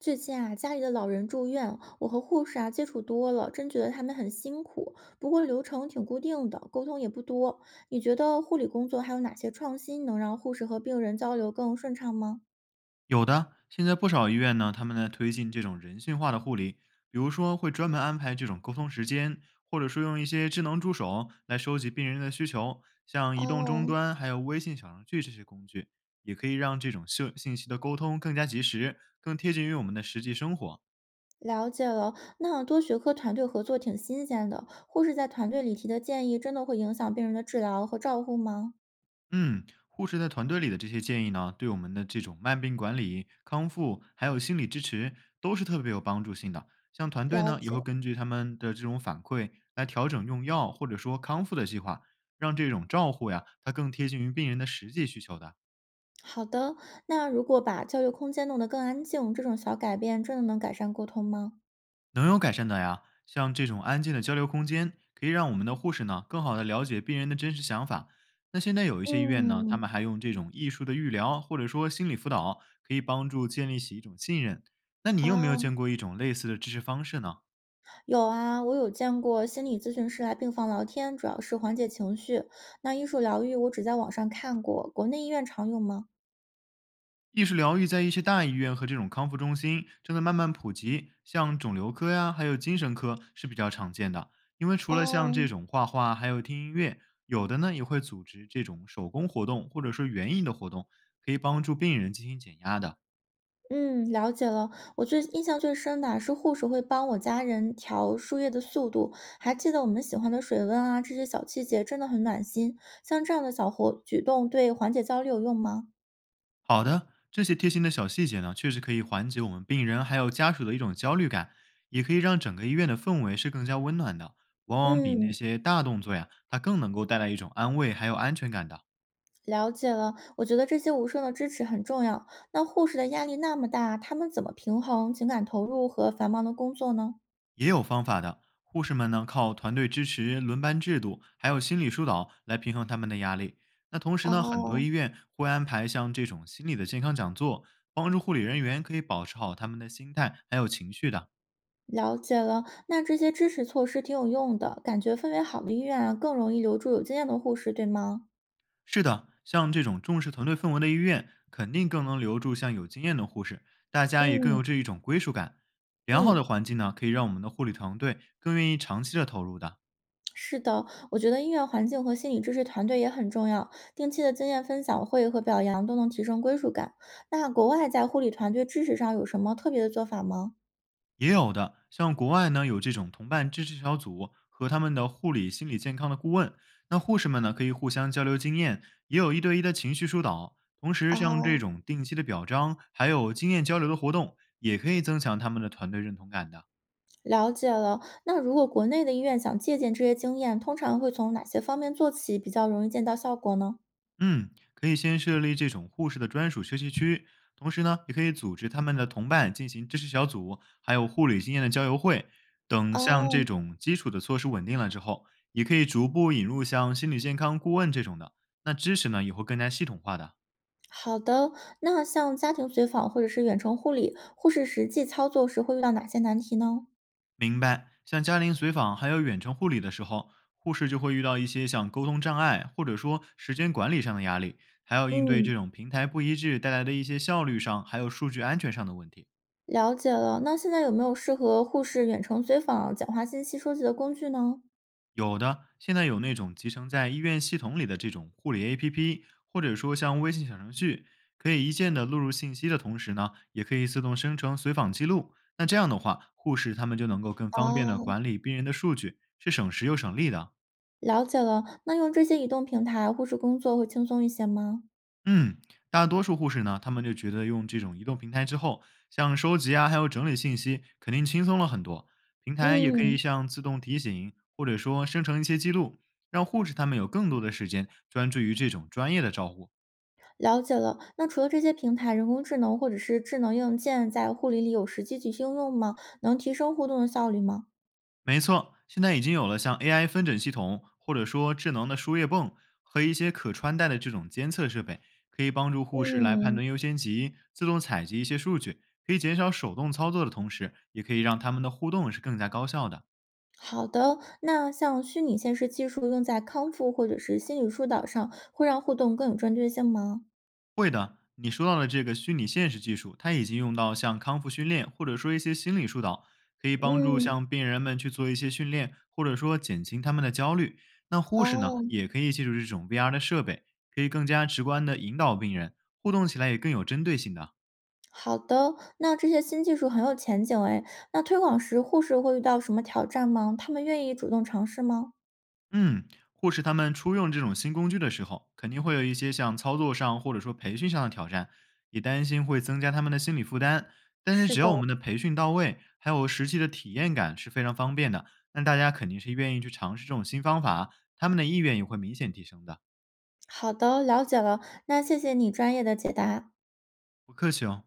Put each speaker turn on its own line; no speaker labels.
最近啊，家里的老人住院，我和护士啊接触多了，真觉得他们很辛苦。不过流程挺固定的，沟通也不多。你觉得护理工作还有哪些创新能让护士和病人交流更顺畅吗？
有的，现在不少医院呢，他们在推进这种人性化的护理，比如说会专门安排这种沟通时间，或者说用一些智能助手来收集病人的需求，像移动终
哦，
端还有微信小程序这些工具，也可以让这种信息的沟通更加及时，更贴近于我们的实际生活。
了解了。那多学科团队合作挺新鲜的。护士在团队里提的建议，真的会影响病人的治疗和照护吗？
嗯，护士在团队里的这些建议呢，对我们的这种慢病管理、康复，还有心理支持，都是特别有帮助性的。像团队
了
呢，也会
解。
根据他们的这种反馈来调整用药或者说康复的计划，让这种照护呀，它更贴近于病人的实际需求的。
好的，那如果把交流空间弄得更安静，这种小改变真的能改善沟通吗？
能有改善的呀，像这种安静的交流空间，可以让我们的护士呢更好的了解病人的真实想法。那现在有一些医院呢，他
嗯，
们还用这种艺术的预疗或者说心理辅导，可以帮助建立起一种信任。那你有没有
哦。
见过一种类似的支持方式呢？
有啊，我有见过心理咨询师来病房聊天，主要是缓解情绪。那艺术疗愈，我只在网上看过，国内医院常用吗？
艺术疗愈在一些大医院和这种康复中心正在慢慢普及，像肿瘤科呀，还有精神科是比较常见的。因为除了像
哦，
这种画画，还有听音乐，有的呢也会组织这种手工活动或者说园艺的活动，可以帮助病人进行减压的。
嗯，了解了。我最印象最深的啊是护士会帮我家人调输液的速度，还记得我们喜欢的水温啊，这些小细节真的很暖心。像这样的小活举动，对缓解焦虑有用吗？
好的，这些贴心的小细节呢，确实可以缓解我们病人还有家属的一种焦虑感，也可以让整个医院的氛围是更加温暖的，往往比那
嗯。
些大动作呀，它更能够带来一种安慰还有安全感的。
了解了，我觉得这些无声的支持很重要。那护士的压力那么大，他们怎么平衡情感投入和繁忙的工作呢？
也有方法的。护士们呢，靠团队支持、轮班制度，还有心理疏导来平衡他们的压力。那同时呢，很多
哦，
医院会安排像这种心理的健康讲座，帮助护理人员可以保持好他们的心态还有情绪的。
了解了。那这些支持措施挺有用的，感觉氛围好的医院啊，更容易留住有经验的护士，对吗？
是的，像这种重视团队氛围的医院，肯定更能留住像有经验的护士，大家也更有
嗯
这一种归属感。良好的
嗯，
环境呢，可以让我们的护理团队更愿意长期的投入的。
是的，我觉得医院环境和心理支持团队也很重要，定期的经验分享会和表扬都能提升归属感。那国外在护理团队支持上有什么特别的做法吗？
也有的，像国外呢有这种同伴支持小组和他们的护理心理健康的顾问，那护士们呢可以互相交流经验，也有一对一的情绪疏导。同时，像这
哦，
种定期的表彰，还有经验交流的活动，也可以增强他们的团队认同感的。
了解了。那如果国内的医院想借鉴这些经验，通常会从哪些方面做起，比较容易见到效果呢？
嗯，可以先设立这种护士的专属休息区，同时呢，也可以组织他们的同伴进行知识小组，还有护理经验的交流会等。像这
哦，
种基础的措施稳定了之后，也可以逐步引入像心理健康顾问这种的，那知识呢也会更加系统化的。
好的。那像家庭随访或者是远程护理，护士实际操作时会遇到哪些难题呢？
明白，像家庭随访还有远程护理的时候，护士就会遇到一些像沟通障碍或者说时间管理上的压力，还要应对
嗯，
这种平台不一致带来的一些效率上还有数据安全上的问题。
了解了。那现在有没有适合护士远程随访、简化信息收集的工具呢？
有的，现在有那种集成在医院系统里的这种护理 APP，或者说像微信小程序，可以一键的录入信息的同时呢，也可以自动生成随访记录。那这样的话，护士他们就能够更方便的
哦，
管理病人的数据，是省时又省力的。
了解了。那用这些移动平台，护士工作会轻松一些吗？
嗯，大多数护士呢，他们就觉得用这种移动平台之后，像收集啊，还有整理信息，肯定轻松了很多。平台也可以
嗯，
像自动提醒，或者说生成一些记录，让护士他们有更多的时间专注于这种专业的照护。
了解了，那除了这些平台，人工智能或者是智能硬件在护理里有实际去应用吗？能提升互动的效率吗？
没错，现在已经有了像 AI 分诊系统，或者说智能的输液泵和一些可穿戴的这种监测设备，可以帮助护士来判
嗯，
断优先级，自动采集一些数据，可以减少手动操作的同时，也可以让他们的互动是更加高效的。
好的。那像虚拟现实技术用在康复或者是心理疏导上，会让互动更有针对性吗？
会的，你说到的这个虚拟现实技术，它已经用到像康复训练，或者说一些心理疏导，可以帮助
嗯，
像病人们去做一些训练，或者说减轻他们的焦虑。那护士呢，
哦，
也可以借助这种 VR 的设备，可以更加直观的引导病人，互动起来也更有针对性的。
好的。那这些新技术很有前景诶，那推广时护士会遇到什么挑战吗？他们愿意主动尝试吗？
嗯，护士他们初用这种新工具的时候，肯定会有一些像操作上或者说培训上的挑战，也担心会增加他们的心理负担。但是
是
只
的，
要我们的培训到位，还有实际的体验感是非常方便的，那大家肯定是愿意去尝试这种新方法，他们的意愿也会明显提升的。
好的，了解了。那谢谢你专业的解答。
不客气哦。